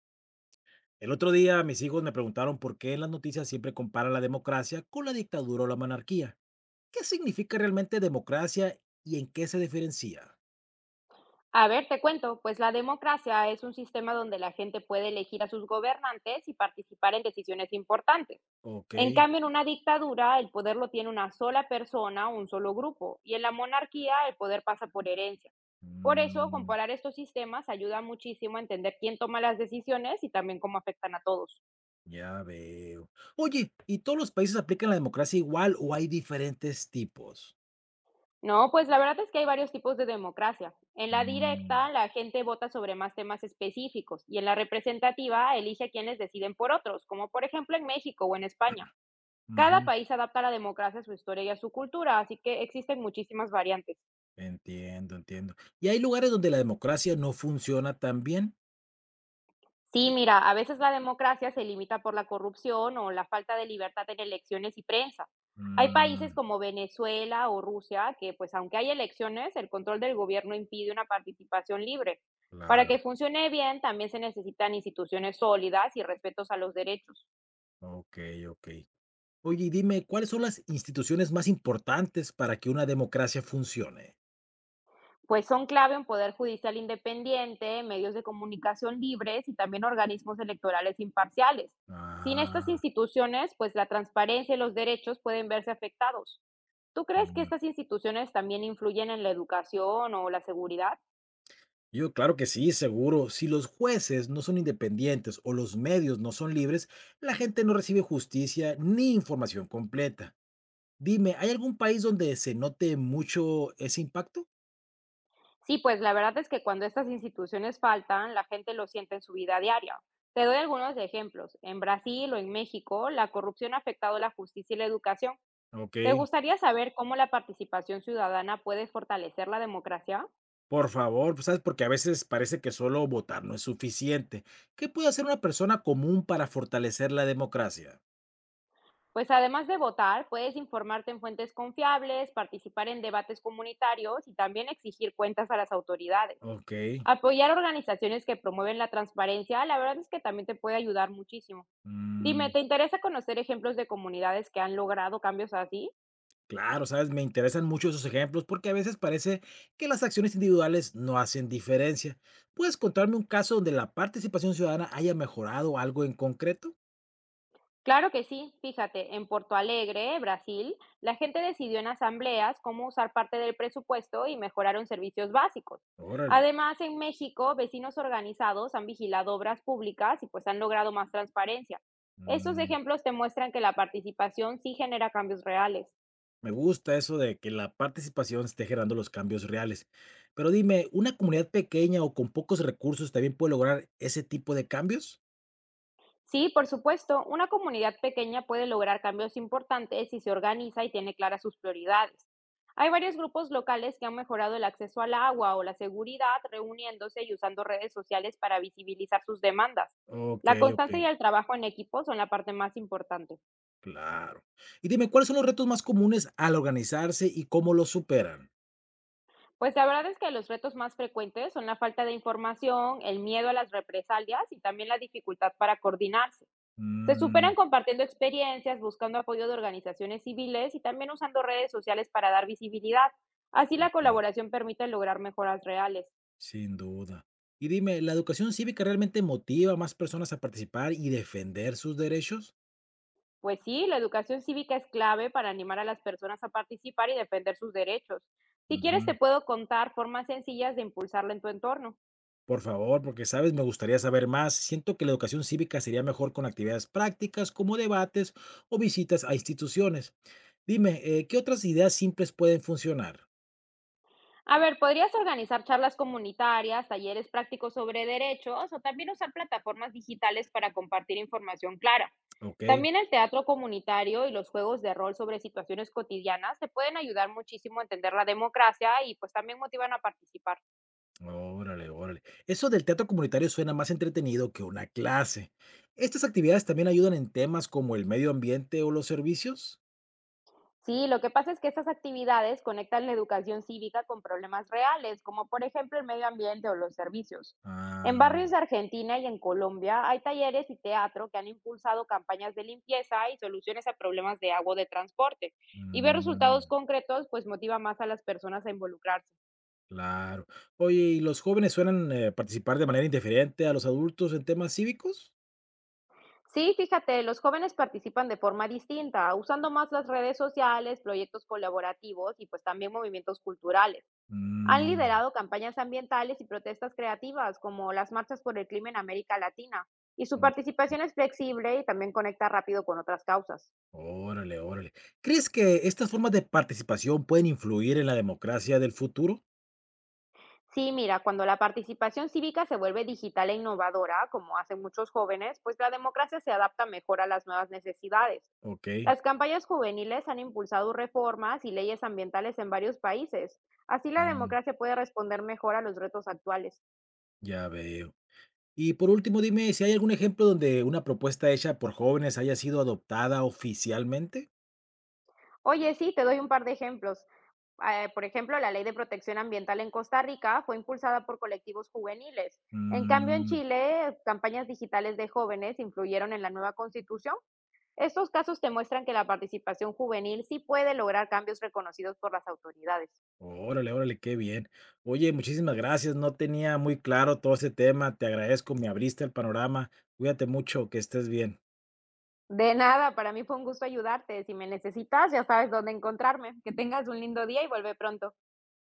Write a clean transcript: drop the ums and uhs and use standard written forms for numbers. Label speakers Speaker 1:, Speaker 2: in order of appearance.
Speaker 1: El otro día mis hijos me preguntaron por qué en las noticias siempre comparan la democracia con la dictadura o la monarquía. ¿Qué significa realmente democracia y en qué se diferencia?
Speaker 2: A ver, te cuento, pues la democracia es un sistema donde la gente puede elegir a sus gobernantes y participar en decisiones importantes.
Speaker 1: Ok,
Speaker 2: En cambio, en una dictadura, el poder lo tiene una sola persona o un solo grupo, y en la monarquía el poder pasa por herencia. Por eso,
Speaker 1: mm,
Speaker 2: comparar estos sistemas ayuda muchísimo a entender quién toma las decisiones y también cómo afectan a todos.
Speaker 1: ya veo. Oye, ¿y todos los países aplican la democracia igual o hay diferentes tipos?
Speaker 2: No, pues la verdad es que hay varios tipos de democracia. En la directa,
Speaker 1: Mm,
Speaker 2: la gente vota sobre más temas específicos y en la representativa elige a quienes deciden por otros, como por ejemplo en México o en España. Cada
Speaker 1: ujú,
Speaker 2: país adapta la democracia a su historia y a su cultura, así que existen muchísimas variantes.
Speaker 1: entiendo, entiendo. ¿Y hay lugares donde la democracia no funciona tan bien?
Speaker 2: Sí, mira, a veces la democracia se limita por la corrupción o la falta de libertad en elecciones y prensa. Hay países
Speaker 1: Mm,
Speaker 2: como Venezuela o Rusia que, pues aunque hay elecciones, el control del gobierno impide una participación libre. Para
Speaker 1: claro,
Speaker 2: que funcione bien, también se necesitan instituciones sólidas y respetos a los derechos.
Speaker 1: ok, ok. Oye, y dime, ¿cuáles son las instituciones más importantes para que una democracia funcione?
Speaker 2: Pues son clave un poder judicial independiente, medios de comunicación libres y también organismos electorales imparciales. Sin estas
Speaker 1: Ah,
Speaker 2: instituciones, pues la transparencia y los derechos pueden verse afectados. ¿Tú crees que
Speaker 1: mm,
Speaker 2: estas instituciones también influyen en la educación o la seguridad?
Speaker 1: yo, claro que sí, seguro. Si los jueces no son independientes o los medios no son libres, la gente no recibe justicia ni información completa. Dime, ¿hay algún país donde se note mucho ese impacto?
Speaker 2: Sí, pues la verdad es que cuando estas instituciones faltan, la gente lo siente en su vida diaria. Te doy algunos ejemplos. En Brasil o en México, la corrupción ha afectado la justicia y la educación.
Speaker 1: Ok.
Speaker 2: ¿Te gustaría saber cómo la participación ciudadana puede fortalecer la democracia?
Speaker 1: Por favor, pues, ¿sabes? Porque a veces parece que solo votar no es suficiente. ¿Qué puede hacer una persona común para fortalecer la democracia?
Speaker 2: Pues además de votar, puedes informarte en fuentes confiables, participar en debates comunitarios y también exigir cuentas a las autoridades.
Speaker 1: Ok.
Speaker 2: Apoyar organizaciones que promueven la transparencia, la verdad es que también te puede ayudar muchísimo. Dime,
Speaker 1: Mm.
Speaker 2: ¿te interesa conocer ejemplos de comunidades que han logrado cambios así?
Speaker 1: Claro, sabes, me interesan mucho esos ejemplos porque a veces parece que las acciones individuales no hacen diferencia. ¿Puedes contarme un caso donde la participación ciudadana haya mejorado algo en concreto?
Speaker 2: Claro que sí, fíjate, en Porto Alegre, Brasil, la gente decidió en asambleas cómo usar parte del presupuesto y mejoraron servicios básicos.
Speaker 1: Órale.
Speaker 2: Además, en México, vecinos organizados han vigilado obras públicas y pues han logrado más transparencia. Estos
Speaker 1: Mm,
Speaker 2: ejemplos te muestran que la participación sí genera cambios reales.
Speaker 1: me gusta eso de que la participación esté generando los cambios reales. Pero dime, ¿una comunidad pequeña o con pocos recursos también puede lograr ese tipo de cambios?
Speaker 2: Sí, por supuesto, una comunidad pequeña puede lograr cambios importantes si se organiza y tiene claras sus prioridades. Hay varios grupos locales que han mejorado el acceso al agua o la seguridad reuniéndose y usando redes sociales para visibilizar sus demandas.
Speaker 1: Ok,
Speaker 2: La
Speaker 1: ok,
Speaker 2: constancia y el trabajo en equipo son la parte más importante.
Speaker 1: claro. Y dime, ¿cuáles son los retos más comunes al organizarse y cómo los superan?
Speaker 2: Pues la verdad es que los retos más frecuentes son la falta de información, el miedo a las represalias y también la dificultad para coordinarse. Se
Speaker 1: Mm,
Speaker 2: superan compartiendo experiencias, buscando apoyo de organizaciones civiles y también usando redes sociales para dar visibilidad. Así la
Speaker 1: ok.
Speaker 2: colaboración permite lograr mejoras reales.
Speaker 1: Sin duda. Y dime, ¿la educación cívica realmente motiva a más personas a participar y defender sus derechos?
Speaker 2: Pues sí, la educación cívica es clave para animar a las personas a participar y defender sus derechos. Si quieres,
Speaker 1: Ujú.
Speaker 2: te puedo contar formas sencillas de impulsarla en tu entorno.
Speaker 1: Por favor, porque sabes, me gustaría saber más. Siento que la educación cívica sería mejor con actividades prácticas como debates o visitas a instituciones. Dime, ¿qué otras ideas simples pueden funcionar?
Speaker 2: A ver, podrías organizar charlas comunitarias, talleres prácticos sobre derechos o también usar plataformas digitales para compartir información clara.
Speaker 1: Ok,
Speaker 2: También el teatro comunitario y los juegos de rol sobre situaciones cotidianas te pueden ayudar muchísimo a entender la democracia y pues también motivan a participar.
Speaker 1: órale, órale. Eso del teatro comunitario suena más entretenido que una clase. ¿Estas actividades también ayudan en temas como el medio ambiente o los servicios?
Speaker 2: Sí, lo que pasa es que esas actividades conectan la educación cívica con problemas reales, como por ejemplo el medio ambiente o los servicios. En barrios
Speaker 1: Ah,
Speaker 2: de Argentina y en Colombia hay talleres y teatro que han impulsado campañas de limpieza y soluciones a problemas de agua o de transporte. Y ver resultados
Speaker 1: mm.
Speaker 2: concretos pues motiva más a las personas a involucrarse.
Speaker 1: Claro. Oye, ¿y los jóvenes suelen, participar de manera indiferente a los adultos en temas cívicos?
Speaker 2: Sí, fíjate, los jóvenes participan de forma distinta, usando más las redes sociales, proyectos colaborativos y pues también movimientos culturales. Han
Speaker 1: Mm,
Speaker 2: liderado campañas ambientales y protestas creativas, como las marchas por el clima en América Latina, y su participación es flexible y también conecta rápido con otras causas.
Speaker 1: o órale, órale. ¿Crees que estas formas de participación pueden influir en la democracia del futuro?
Speaker 2: Sí, mira, cuando la participación cívica se vuelve digital e innovadora, como hacen muchos jóvenes, pues la democracia se adapta mejor a las nuevas necesidades.
Speaker 1: Ok,
Speaker 2: Las campañas juveniles han impulsado reformas y leyes ambientales en varios países. Así la
Speaker 1: mm,
Speaker 2: democracia puede responder mejor a los retos actuales.
Speaker 1: ya veo. Y por último, dime si hay algún ejemplo donde una propuesta hecha por jóvenes haya sido adoptada oficialmente.
Speaker 2: Oye, sí, te doy un par de ejemplos. Por ejemplo, la Ley de Protección Ambiental en Costa Rica fue impulsada por colectivos juveniles. En cambio, en
Speaker 1: Mm,
Speaker 2: Chile, campañas digitales de jóvenes influyeron en la nueva constitución. Estos casos te muestran que la participación juvenil sí puede lograr cambios reconocidos por las autoridades.
Speaker 1: órale, órale, qué bien. Oye, muchísimas gracias. No tenía muy claro todo ese tema. Te agradezco, me abriste el panorama. Cuídate mucho, que estés bien.
Speaker 2: De nada, para mí fue un gusto ayudarte. Si me necesitas, ya sabes dónde encontrarme. Que tengas un lindo día y vuelve pronto.